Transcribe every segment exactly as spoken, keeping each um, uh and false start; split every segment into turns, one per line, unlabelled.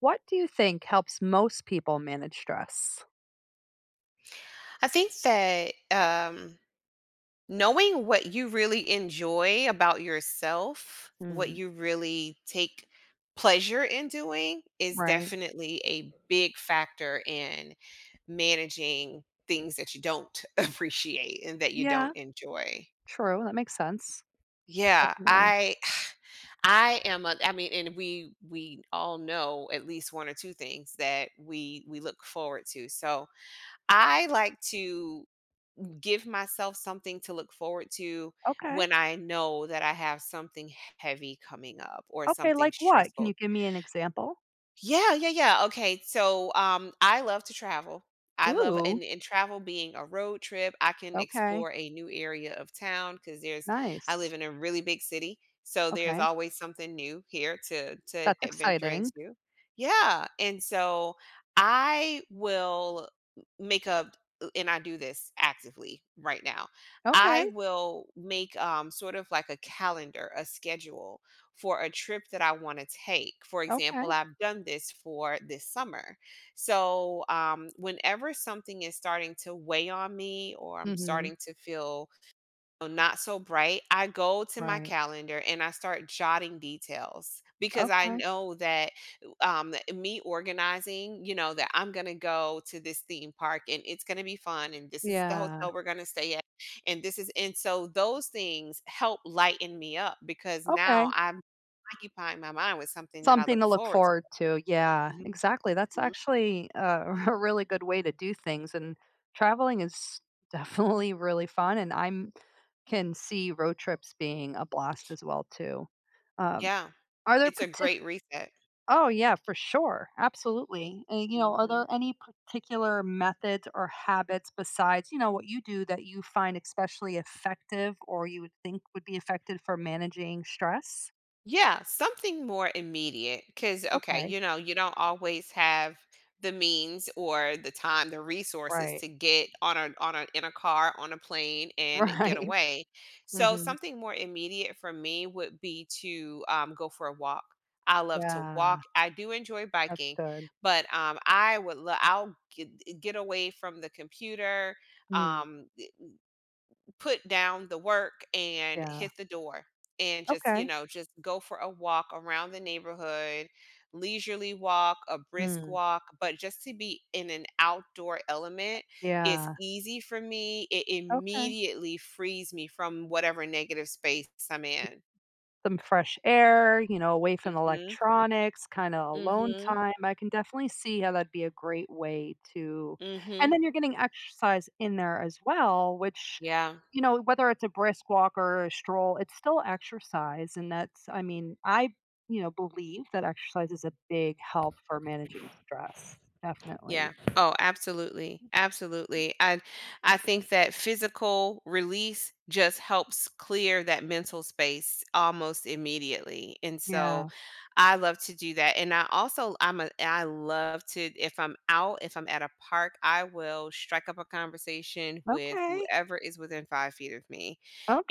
What do you think helps most people manage stress?
I think that um, knowing what you really enjoy about yourself, what
Mm.
you really take pleasure in doing, is
Right.
definitely a big factor in managing things that you don't appreciate and that you
Yeah,
don't enjoy.
true, that makes sense.
Yeah,
Definitely.
I I am a I mean and we we all know at least one or two things that we we look forward to. So, I like to give myself something to look forward to
Okay.
when I know that I have something heavy coming up or
Okay,
something
like what? Can you
stressful.
give me an example?
Yeah, yeah, yeah. Okay, so um, I love to travel. I love
Ooh,
and, and travel being a road trip. I can
okay,
explore a new area of town because there's. I
nice.
live in a really big city, so there's
Okay,
always something new here to to
that's
adventure
exciting.
into. Yeah, and so I will make a and I do this actively right now.
Okay,
I will make um sort of like a calendar, a schedule for a trip that I want to take. For
okay.
example, I've done this for this summer. So, um, whenever something is starting to weigh on me or I'm
Mhm,
starting to feel not so bright, I go to my
right.
calendar and I start jotting details because I
Okay,
know that, um, me organizing, you know, that I'm gonna go to this theme park and it's gonna be fun and this is the
yeah,
hotel we're gonna stay at and this is and so those things help lighten me up because
okay.
now I'm occupying my mind with something that I
Something
look
to look
forward
forward
to.
to, yeah, exactly, that's
Mhm.
actually a a really good way to do things, and traveling is definitely really fun, and I'm can see road trips being a blast as well too. Um,
Yeah.
are there
It's a
partic
great reset.
Oh yeah, for sure, absolutely. And you know, are
Mhm.
there any particular methods or habits besides you know what you do that you find especially effective, or you would think would be effective for managing stress?
Yeah, something more immediate because, okay,
Okay,
you know, you don't always have the means or the time, the resources
right,
to get on a on a in a car, on a plane, and get
right,
away. So
hmm
something more immediate for me would be to um, go for a walk. I love to
yeah,
walk. I do enjoy
that's
biking,
good.
but um, I would love. I'll get, get away from the computer.
Mm,
Um, Put down the work and
yeah,
hit the door and just, you
okay,
know, just go for a walk around the neighborhood, leisurely walk, a brisk
mm,
walk, but just to be in an outdoor element is
yeah,
easy for me. It
okay.
immediately frees me from whatever negative space I'm in.
Some fresh air, you know, away from
Mhm.
electronics, kinda alone
Mhm.
time. I can definitely see how that'd be a great way to and
Mhm.
then you're getting exercise in there as well, which,
Yeah.
you know, whether it's a brisk walk or a stroll, it's still exercise, and that's I mean, I, you know, believe that exercise is a big help for managing stress,
Yeah.
definitely.
Oh, absolutely. Absolutely. I I think that physical release just helps clear that mental space almost immediately. And so
Yeah.
I love to do that. And I also I'm a I love to if I'm out, if I'm at a park, I will strike up a conversation with
Okay.
whoever is within five feet of me.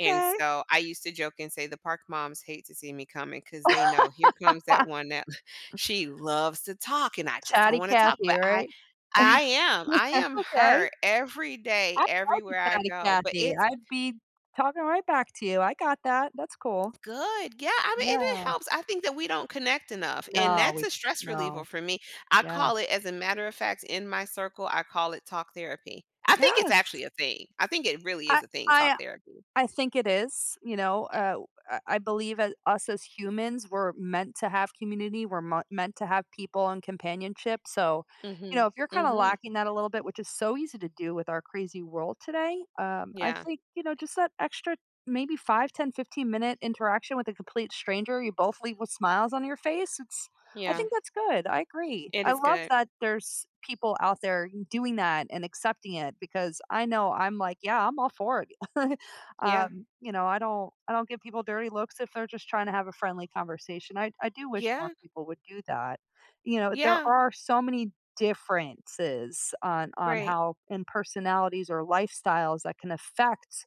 And so I used to joke and say the park moms hate to see me coming because they know here comes that one that she loves to talk and I just don't
Chatty
want to talk.
Cathy,
But I
right?
I am. I am
Okay.
her every day,
I like
everywhere
a
I
chatty
go, but
Cathy.
it's
I'd be talking right back to you. I got that. That's cool.
good. Yeah, I mean, and it
Yeah.
helps. I think that we don't connect enough, and
No,
that's
we
a stress reliever
no.
for me. I
Yes.
call it, as a matter of fact, in my circle, I call it talk therapy. I think it's
Yes.
actually a thing. I think it really
I
is a thing, talk
I
therapy.
I think it is, you know,
Yeah.
uh, I I believe as us as humans, we're meant to have community. We're mo- meant to have people and companionship. So,
mm
you
Mhm.
know, if you're
mm
kind of
Mhm.
lacking that a little bit, which is so easy to do with our crazy world today, um, I
Yeah.
think, you know, just that extra maybe five, ten, fifteen minute interaction with a complete stranger, you both leave with smiles on your face. It's, I
Yeah.
think that's good. I agree.
It
I
is
love
good.
that there's people out there doing that and accepting it because I know I'm like, yeah, I'm all for it.
Yeah.
Um, you know, I don't I don't give people dirty looks if they're just trying to have a friendly conversation. I I do wish more
Yeah.
people would do that. You know, there
Yeah.
are so many differences on on
Right.
how in personalities or lifestyles that can affect,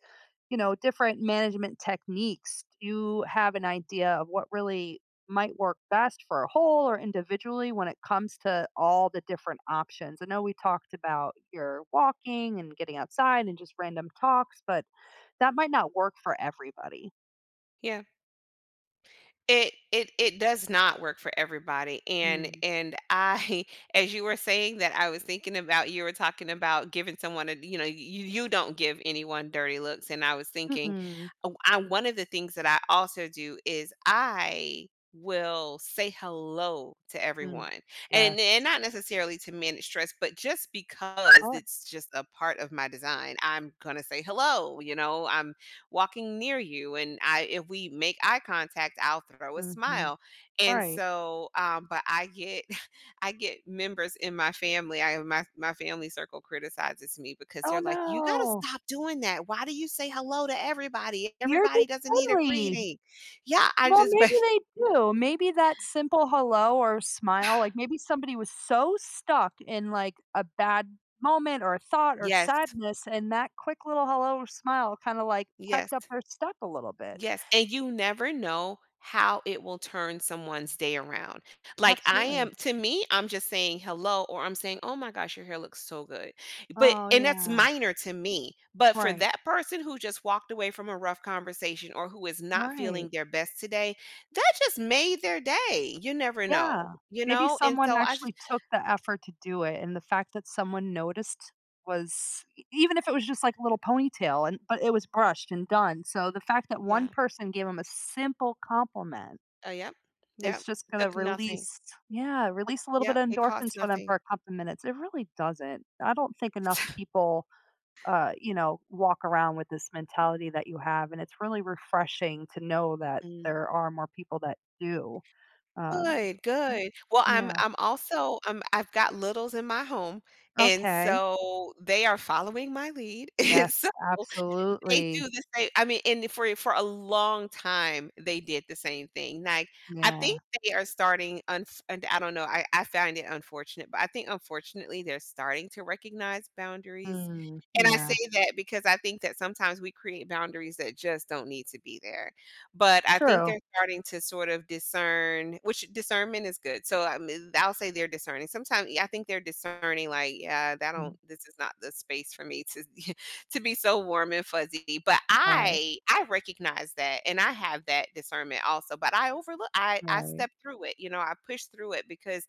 you know, different management techniques. Do you have an idea of what really might work best for a whole or individually when it comes to all the different options. I know we talked about your walking and getting outside and just random talks, but that might not work for everybody.
Yeah. It it it does not work for everybody, and
Mm.
and I as you were saying that, I was thinking about you were talking about giving someone a you know, you you don't give anyone dirty looks, and I was thinking,
Mm-mm.
oh, I one of the things that I also do is I will say hello to
Mm.
everyone, and
Yes.
and not necessarily to manage stress, but just because
Right.
it's just a part of my design, I'm gonna say hello, you know, I'm walking near you and I if we make eye contact, I'll throw a
Mhm.
smile. And
Right.
so um but I get I get members in my family, I my my family circle criticizes me because
Oh,
they're like, "You got to
no.
stop doing that. Why do you say hello to everybody?
You're
Everybody
just
doesn't need a
friendly.
greeting." Yeah, I
Well,
just but
maybe they do. Maybe that simple hello or smile, like, maybe somebody was so stuck in, like, a bad moment or a thought or
yes.
sadness, and that quick little hello or smile kinda, like, pepped
Yes.
up their step a little bit.
Yes, and you never know how it will turn someone's day around. Like I am
Absolutely.
to me, I'm just saying hello or I'm saying, "Oh my gosh, your hair looks so good." But
Oh,
and that's
yeah.
minor to me. But for
Right.
that person who just walked away from a rough conversation or who is not
Right.
feeling their best today, that just made their day. You never
Yeah.
know, you
Maybe
know? And
someone
so I just
actually took the effort to do it, and the fact that someone noticed was e even if it was just, like, a little ponytail and but it was brushed and done, so the fact that one
yeah.
person gave him a simple compliment
Uh, yep.
is
Yep.
just gonna
Took nothing.
release yeah, release a little bit
Yep,
of
it
endorphins
cost
for them for
nothing.
a couple minutes. It really doesn't. I don't think enough people, uh, you know, walk around with this mentality that you have, and it's really refreshing to know that there are more people that do. Um
Good, good. Well, I'm
Yeah.
I'm also um, I've got littles in my home, and
Okay.
so they are following my lead, and
Yes,
so they do
absolutely.
the same I mean, and for for a long time, they did the same thing, like, I
Yeah.
think they are starting unf and I don't know, I I find it unfortunate, but I think unfortunately, they're starting to recognize boundaries,
Mm,
and I say
yeah.
that because I think that sometimes we create boundaries that just don't need to be there, but I think
True.
they're starting to sort of discern which discernment is good, so, I mean, I'll say they're discerning. Sometimes yeah, I think they're discerning, like, "Yeah, that
Mm,
don't this is not the space for me to to be so warm and fuzzy. But
right,
I I recognize that and I have that discernment also. But I overlook I I
right.
step through it, you know, I push through it because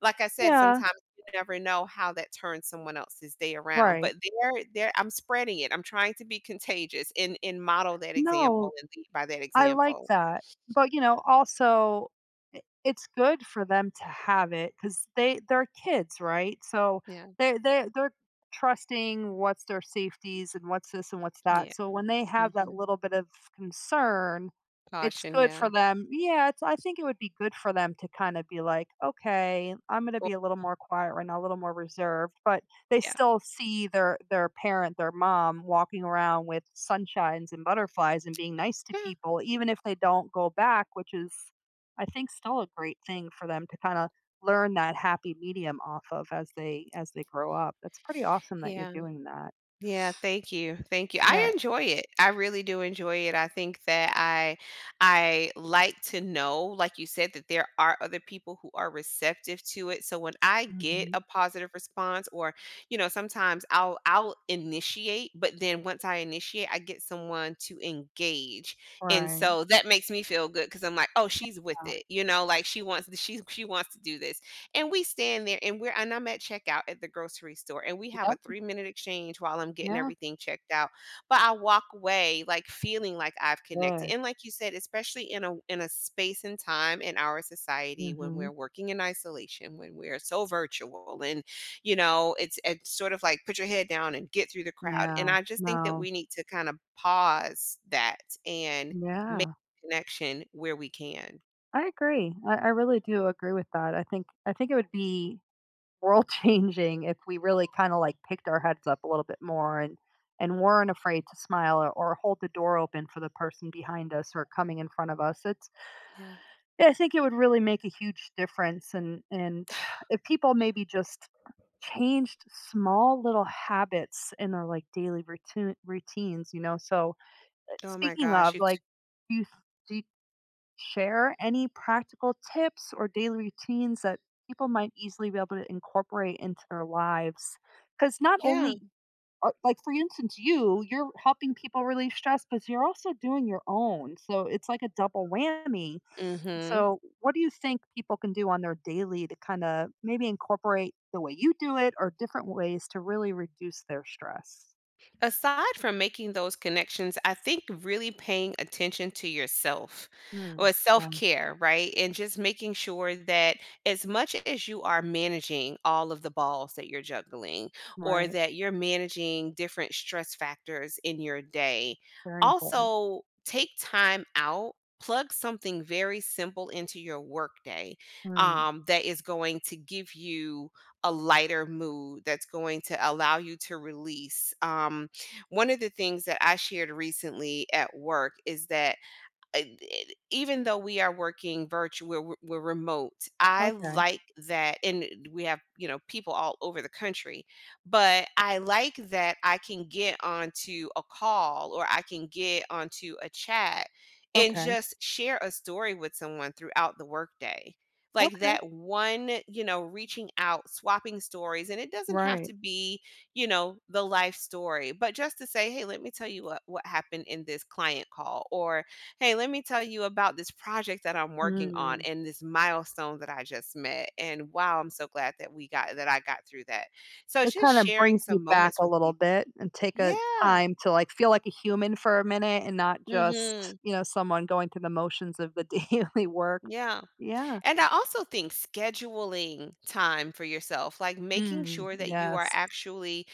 like I said,
Yeah,
sometimes you never know how that turns someone else's day around.
right.
But there there I'm spreading it. I'm trying to be contagious and and model that
No,
example and lead by that
I like
example.
that, but, you know, also, I it's good for them to have it because they they're kids, right? So,
Yeah.
they they they're trusting what's their safeties and what's this and what's that,
Yeah.
so when they have that
Mhm.
little bit of concern, it's
Caution,
good for
yeah.
them Yeah, it's I think it would be good for them to kinda be like, "Okay, I'm gonna
Cool.
be a little more quiet right now, a little more reserved," but they
Yeah.
still see their their parent, their mom, walking around with sunshines and butterflies and being nice to
Yeah.
people, even if they don't go back, which is, I think, still a great thing for them to kinda learn that happy medium off of as they as they grow up. That's pretty awesome that you're
Yeah.
doing that.
Yeah, thank you. Thank you. I
Yeah.
enjoy it. I really do enjoy it. I think that I I like to know, like you said, that there are other people who are receptive to it. So when I get
Mhm.
a positive response or, you know, sometimes I'll I'll initiate, but then once I initiate, I get someone to engage. And
Right.
so that makes me feel good cuz I'm like, "Oh, she's with
Yeah.
it." You know, like she wants to, she she wants to do this. And we stand there and we're and I'm at checkout at the grocery store and we have a
Yep.
three-minute exchange while I'm getting
Yeah.
everything checked out. But I walk away, like, feeling like I've connected.
Good.
And like you said, especially in a in a space and time in our society when
Mhm.
we're working in isolation, when we're so virtual and, you know, it's it's sort of like put your head down and get through the crowd. And
Yeah.
I just think that
No.
we need to kind of pause that and make
Yeah.
a connection where we can.
I agree. I I really do agree with that. I think I think it would be world changing if we really kind of like picked our heads up a little bit more and and weren't afraid to smile or, or hold the door open for the person behind us or coming in front of us it's
Yeah.
yeah, I think it would really make a huge difference and and if people maybe just changed small little habits in their like daily routine routines you know so uh,
Oh my
speaking
gosh,
of
it's
like do you share any practical tips or daily routines that people might easily be able to incorporate into their lives because not
yeah.
only uh, like for instance you you're helping people relieve stress but you're also doing your own so it's like a double whammy
Mhm.
so what do you think people can do on their daily to kind of maybe incorporate the way you do it or different ways to really reduce their stress
Aside from making those connections, I think really paying attention to yourself
Hmm.
or
Yeah.
self care, right? And just making sure that as much as you are managing all of the balls that you're juggling or
Right,
that you're managing different stress factors in your day,
very important.
also take time out. Plug something very simple into your workday
Hmm.
um, that is going to give you a lighter mood, that's going to allow you to release. Um, one of the things that I shared recently at work is that I- it- even though we are working virtual, we're, we're we're remote. I
Okay,
like that, and eh, we have you know people all over the country, but I like that I can get onto a call or I can get onto a chat and
okay,
just share a story with someone throughout the workday. Like
okay,
that one, you know, reaching out, swapping stories, and it doesn't have
right.
to be, you know, the life story, but just to say, hey, let me tell you what, what happened in this client call, or hey, let me tell you about this project that I'm working on
Mm.
and this milestone that I just met. And wow, I'm so glad that we got that I got through that. So
It
just
kinda
sharing
brings you
some
back
moments
a
with
little
people.
bit and take a
Yeah.
time to, like, feel like a human for a minute and not just,
Mhm.
you know, someone going through the motions of the daily work.
Yeah.
Yeah.
And I also think scheduling time for yourself, like making
Mm,
sure that you are
yes,
actually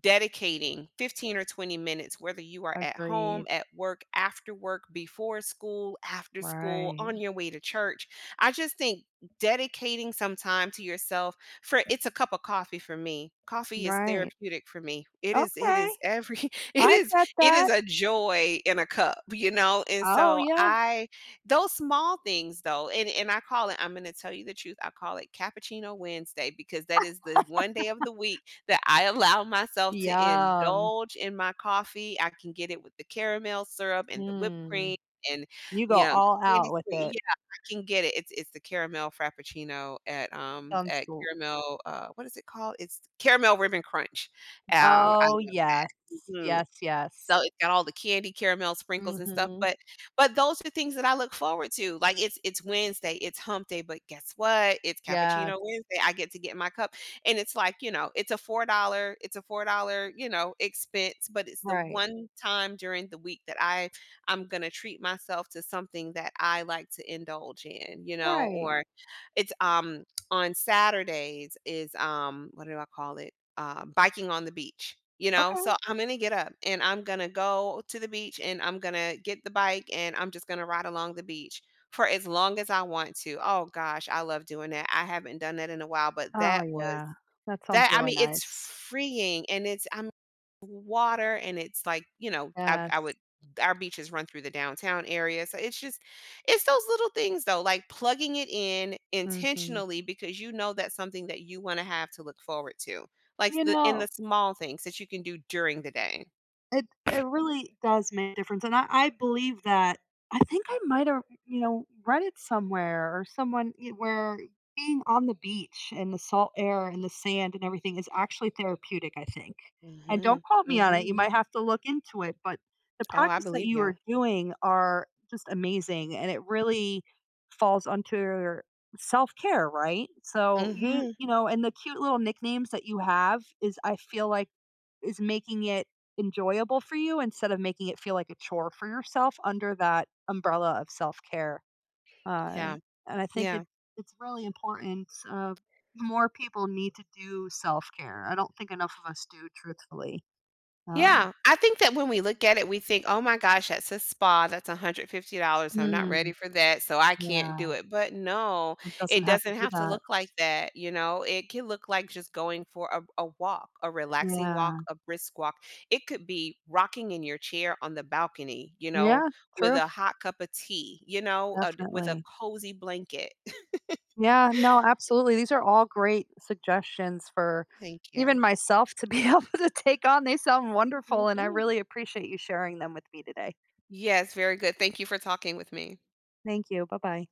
dedicating fifteen or twenty minutes, whether you are at home,
agreed.
at work, after work, before school, after school,
Right,
on your way to church. I just think dedicating some time to yourself for it's a cup of coffee for me. Coffee is
right.
therapeutic for me. It is, it
Okay,
is every, it
I
is,
get
it is
that.
a joy in a cup, you know? And
Oh,
so
yeah.
I, those small things though, and, and I call it, I'm going to tell you the truth, I call it Cappuccino Wednesday because that is the one day of the week that I allow myself to
Yum.
indulge in my coffee. I can get it with the caramel syrup and the whipped cream
Mm.
and,
You go
yeah,
all
the
out
candy
with
sweet
it.
yeah, I can get it. It's it's the caramel frappuccino at, um,
Sounds
at
l
Caramel, uh, what is it called? It's Caramel Ribbon Crunch. Um, I
Oh,
love
yes.
mhm.
Yes,
So
yes.
it's got all the candy, caramel sprinkles and stuff,
Mhm.
but but those are things that I look forward to. Like, it's it's Wednesday, it's hump day, but guess what? It's Cappuccino
Yes.
Wednesday. I get to get my cup, and it's like, you know, it's a four dollars it's a four dollars you know, expense, but it's the
Right.
one time during the week that I I'm gonna treat myself to something that I like to indulge in, you know,
Right.
or it's, um, on Saturdays is, um, what do I call it? Uh, biking on the beach, you know?
Okay.
So I'm gonna get up and I'm gonna go to the beach and I'm gonna get the bike and I'm just gonna ride along the beach for as long as I want to. Oh gosh, I love doing that. I haven't done that in a while, but
Oh,
that was
yeah. That sounds
that I
really
mean, it's
nice.
freeing and it's I water and it's like, you know, I
Yes.
I would our beaches run through the downtown area. So it's just it's those little things though, like plugging it in
Mhm.
intentionally because you know that's something that you want to have to look forward to. Like
You
the in
know,
the small things that you can do during the day.
It it really does make a difference, and I I believe that. I think I might have, you know, read it somewhere or someone y where being on the beach and the salt air and the sand and everything is actually therapeutic, I think, and don't
Mhm.
quote me on it, you
Mhm.
might have to look into it, but the
Oh, I
practice that
believe
you
you.
are doing are just amazing, and it really falls under self-care, right? So, you
Mhm.
you know, and the cute little nicknames that you have is I feel like is making it enjoyable for you instead of making it feel like a chore for yourself under that umbrella of self-care. Uh,
Yeah.
and I think it
Yeah.
it's really important. Uh, more people need to do self-care. I don't think enough of us do truthfully. Um,
Yeah, I think that when we look at it, we think, "Oh my gosh, that's a spa, that's a hundred fifty dollars I'm not
mm,
ready for that, so I can't do
yeah,
it." But no,
it doesn't
it
have to
doesn't
be
have to
that.
look like that, you know? It can look like just going for a a walk, a relaxing walk,
Yeah.
a brisk walk. It could be rocking in your chair on the balcony, you know,
Yeah,
with
true.
a hot cup of tea, you know, uh, with a
Definitely.
cozy blanket.
Yeah, no, absolutely. These are all great suggestions for
Thank
even
you.
myself to be able to take on. They sound wonderful, and I
Mhm.
really appreciate you sharing them with me today.
Yes, very good. Thank you for talking with me.
Thank you. Bye bye.